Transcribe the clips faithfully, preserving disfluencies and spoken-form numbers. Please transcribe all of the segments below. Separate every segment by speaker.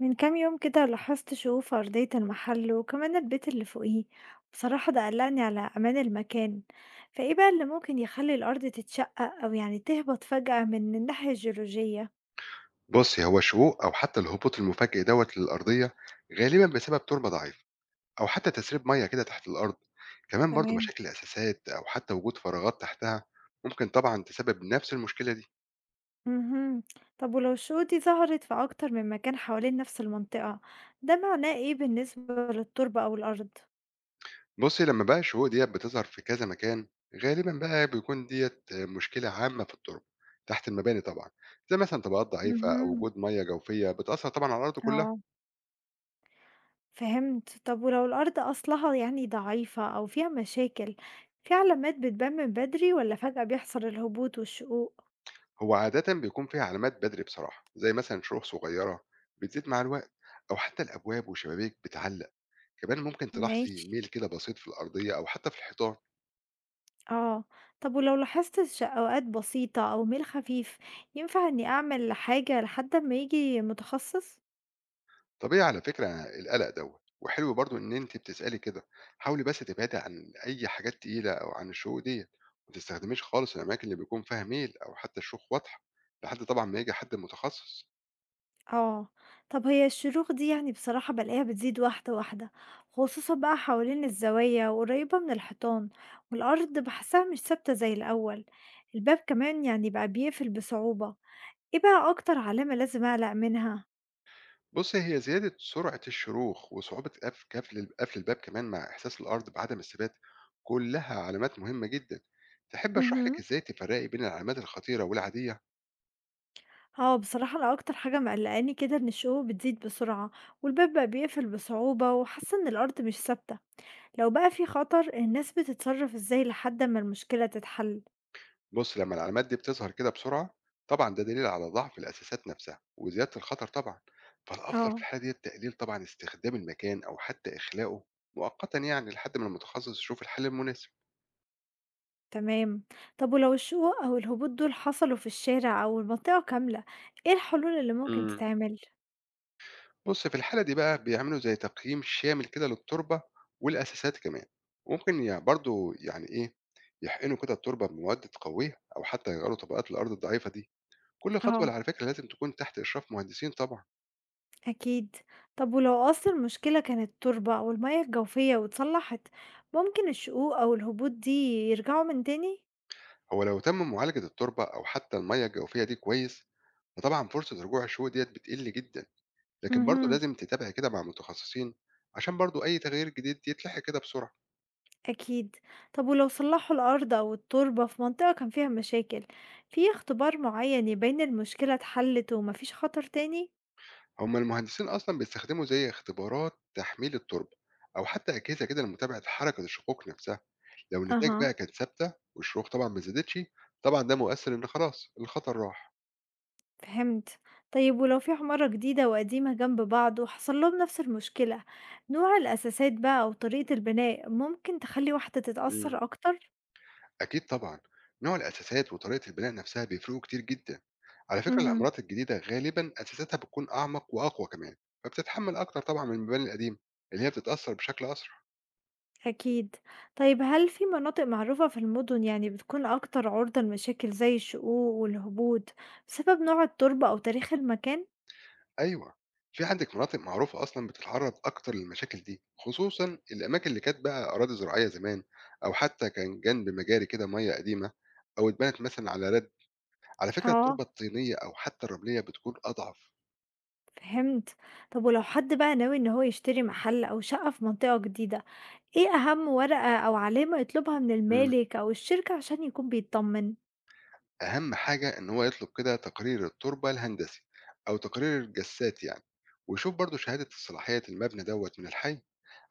Speaker 1: من كام يوم كده لاحظت شقوق في أرضية المحل وكمان البيت اللي فوقيه. بصراحة ده قلقني على أمان المكان. فإيه بقى اللي ممكن يخلي الأرض تتشقق أو يعني تهبط فجأة من الناحية الجيولوجية؟
Speaker 2: بُصّي، هو الشقوق أو حتى الهبوط المفاجئ دوّة للأرضية غالبًا بسبب تربة ضعيفة أو حتى تسريب مَيّة كده تحت الأرض، كمان برضه
Speaker 1: تمام.
Speaker 2: مشاكل الأساسات أو حتى وجود فراغات تحتها ممكن طبعًا تسبب نفس المشكلة دي.
Speaker 1: مهم. طب ولو الشقوق دي ظهرت في أكتر من مكان حوالين نفس المنطقة، ده معناه إيه بالنسبة للتربة أو الأرض؟
Speaker 2: بُصّي، لمّا بقى الشقوق ديّة بتظهر في كذا مكان غالبًا بقى بيكون ديّة مشكلة عامة في التربة تحت المباني طبعًا، زي مثلًا طبقات ضعيفة أو
Speaker 1: مهم.
Speaker 2: وجود مَيّة جوفية بتأثّر طبعًا على الأرض كلّها.
Speaker 1: اه، فهمت. طب ولو الأرض أصلها يعني ضعيفة أو فيها مشاكل، في علامات بتبان من بدري ولا فجأة بيحصل الهبوط والشقوق؟
Speaker 2: هو عادةً بيكون فيها علامات بدري بصراحة، زي مثلًا شروخ صغيرة بتزيد مع الوقت أو حتى الأبواب والشبابيك بتعلق. كمان ممكن تلاحظي
Speaker 1: ماشي.
Speaker 2: ميل كده بسيط في الأرضية أو حتى في الحيطان.
Speaker 1: آه. طب ولو لاحظت شقوقات بسيطة أو ميل خفيف، ينفع إني أعمل حاجة لحد ما يجي متخصص؟
Speaker 2: طبيعي على فكرة القلق دوت وحلو برضو إن أنت بتسألي كده. حاولي بس تبعدي عن أي حاجات تقيلة أو عن الشقوق ديت، ما تستخدميش خالص الأماكن اللي بيكون فيها ميل أو حتى الشوخ واضحة لحد طبعا ما يجي حد متخصص.
Speaker 1: آه. طب هي الشروخ دي يعني بصراحة بلاقيها بتزيد واحدة واحدة، خصوصا بقى حوالين الزوايا وقريبة من الحيطان، والأرض بحسها مش ثابتة زي الأول، الباب كمان يعني بقى بيقفل بصعوبة. إيه بقى أكتر علامة لازم أقلق منها؟
Speaker 2: بص، هي زيادة سرعة الشروخ وصعوبة قف- قفل قفل الباب كمان مع إحساس الأرض بعدم الثبات كلها علامات مهمة جدا. تحب أشرح لك
Speaker 1: اهم.
Speaker 2: إزاي تفرقي بين العلامات الخطيرة والعادية؟
Speaker 1: آه، بصراحة أنا أكتر حاجة مقلقاني كده إن الشقوق بتزيد بسرعة والباب بقى بيقفل بصعوبة وحاسة إن الأرض مش ثابتة. لو بقى في خطر الناس بتتصرف إزاي لحد ما المشكلة تتحل؟
Speaker 2: بص، لما العلامات دي بتظهر كده بسرعة طبعا ده دليل على ضعف الأساسات نفسها وزيادة الخطر طبعا، فالأفضل في
Speaker 1: آه.
Speaker 2: الحالة دي التقليل طبعا استخدام المكان أو حتى إخلاؤه مؤقتا يعني لحد ما المتخصص يشوف الحل المناسب.
Speaker 1: تمام. طب ولو الشقوق أو الهبوط دول حصلوا في الشارع أو المنطقة كاملة، إيه الحلول اللي ممكن
Speaker 2: امم
Speaker 1: تتعمل؟
Speaker 2: بص، في الحالة دي بقى بيعملوا زي تقييم شامل كده للتربة والأساسات كمان، وممكن يعني برضو يعني إيه يحقنوا كده التربة بمواد تقويها أو حتى يغيروا طبقات الأرض الضعيفة دي. كل خطوة
Speaker 1: آه.
Speaker 2: على فكرة لازم تكون تحت إشراف مهندسين طبعا.
Speaker 1: أكيد. طب ولو أصل المشكلة كانت التربة أو المياه الجوفية واتصلحت، ممكن الشقوق أو الهبوط دي يرجعوا من تاني؟
Speaker 2: هو لو تم معالجة التربة أو حتى المية الجوفية دي كويس فطبعا فرصة رجوع الشهوة ديت بتقل جدا، لكن برضه
Speaker 1: امم.
Speaker 2: لازم تتابع كده مع متخصصين عشان برضه أي تغيير جديد يتلحق كده بسرعة.
Speaker 1: أكيد. طب ولو صلحوا الأرض أو التربة في منطقة كان فيها مشاكل، في اختبار معين يبين المشكلة اتحلت ومفيش خطر تاني؟
Speaker 2: هما المهندسين أصلا بيستخدموا زي اختبارات تحميل التربة أو حتى أجهزة كده لمتابعة حركة الشقوق نفسها. لو النتائج
Speaker 1: أها.
Speaker 2: بقى كانت ثابتة والشروخ طبعا ما زادتش، طبعا ده مؤثر إن خلاص الخطر راح.
Speaker 1: فهمت. طيب ولو في عمارة جديدة وقديمة جنب بعض وحصل لهم نفس المشكلة، نوع الأساسات بقى أو طريقة البناء ممكن تخلي واحدة
Speaker 2: مم.
Speaker 1: تتأثر أكتر؟
Speaker 2: أكيد طبعًا، نوع الأثاثات وطريقة البناء نفسها بيفرقوا كتير جدًا، على فكرة
Speaker 1: امم.
Speaker 2: العمارات الجديدة غالبًا أثاثاتها بتكون أعمق وأقوى كمان، فبتتحمل أكتر طبعًا من المباني القديمة اللي هي بتتأثر بشكل أسرع.
Speaker 1: أكيد. طيب هل في مناطق معروفة في المدن يعني بتكون أكتر عرضة لمشاكل زي الشقوق والهبوط بسبب نوع التربة أو تاريخ المكان؟
Speaker 2: أيوه، في عندِك مناطق معروفة أصلًا بتتعرض أكتر للمشاكل دي، خصوصًا الأماكن اللي كانت بقى أراضي زراعية زمان، أو حتى كان جنب مجاري كده مَيّة قديمة، أو اتبنت مثلًا على رد، على فكرة
Speaker 1: آه.
Speaker 2: التربة الطينية أو حتى الرملية بتكون أضعف.
Speaker 1: فهمت. طب ولو حد بقى ناوي إن هو يشتري محل أو شقة في منطقة جديدة، إيه أهم ورقة أو علامة يطلبها من
Speaker 2: إمم.
Speaker 1: المالك أو الشركة عشان يكون بيطمن؟
Speaker 2: أهم حاجة إن هو يطلب كده تقرير التربة الهندسي أو تقرير الجسات يعني، ويشوف برضه شهادة صلاحية المبنى دوت من الحي.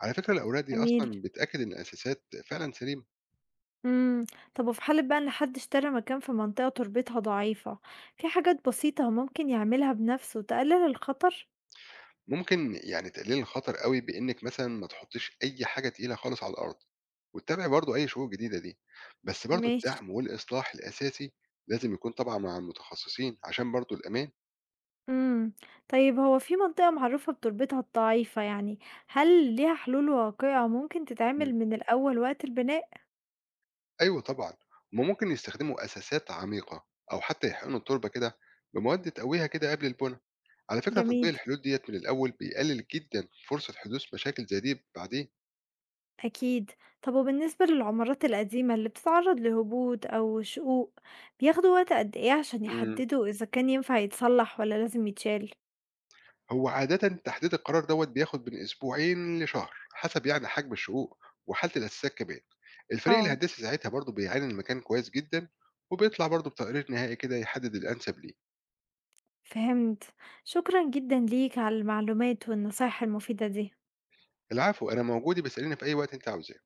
Speaker 2: على فكرة الأوراق دي
Speaker 1: جميل.
Speaker 2: أصلا بتأكد إن الأساسات فعلا سليمة.
Speaker 1: امم. طب وفي حالة بقى إن حد اشترى مكان في منطقة تربتها ضعيفة، في حاجات بسيطة هو ممكن يعملها بنفسه تقلل الخطر؟
Speaker 2: ممكن يعني تقلل الخطر قوي بإنك مثلا ما تحطيش أي حاجة تقيلة خالص على الأرض، وتتابعي برضه أي شروط جديدة دي، بس برضه
Speaker 1: ماشي.
Speaker 2: الدعم والإصلاح الأساسي لازم يكون طبعا مع المتخصصين عشان برضه الأمان.
Speaker 1: إمم، طيب هو في منطقة معروفة بتربتها الضعيفة يعني، هل ليها حلول واقعة ممكن تتعمل من الأول وقت البناء؟
Speaker 2: أيوه طبعًا، هُم ممكن يستخدموا أساسات عميقة أو حتى يحقنوا التربة كده بمواد تقويها كده قبل البنا، على فكرة تطبيق
Speaker 1: جميل،
Speaker 2: الحلول ديّة من الأول بيقلل جدًا فرصة حدوث مشاكل زي دي بعدين.
Speaker 1: أكيد. طب وبالنسبة للعمارات القديمة اللي بتتعرض لهبوط أو شقوق، بياخدوا وقت قد إيه عشان
Speaker 2: إمم.
Speaker 1: يحددوا إذا كان ينفع يتصلح والّا لازم يتشال؟
Speaker 2: هو عادةً تحديد القرار دوّة بياخد من أسبوعين لشهر، حسب يعني حجم الشقوق وحالة الأساسات كمان. الفريق
Speaker 1: آه،
Speaker 2: الهندسي ساعتها برضه بيعاين المكان كويس جدًا، وبيطلع برضه بتقرير نهائي كده يحدد الأنسب ليه.
Speaker 1: فهمت. شكرًا جدًا ليك على المعلومات والنصايح المفيدة دي.
Speaker 2: العفو، أنا موجود، يبقى اسأليني في أي وقت أنتِ عاوزاه.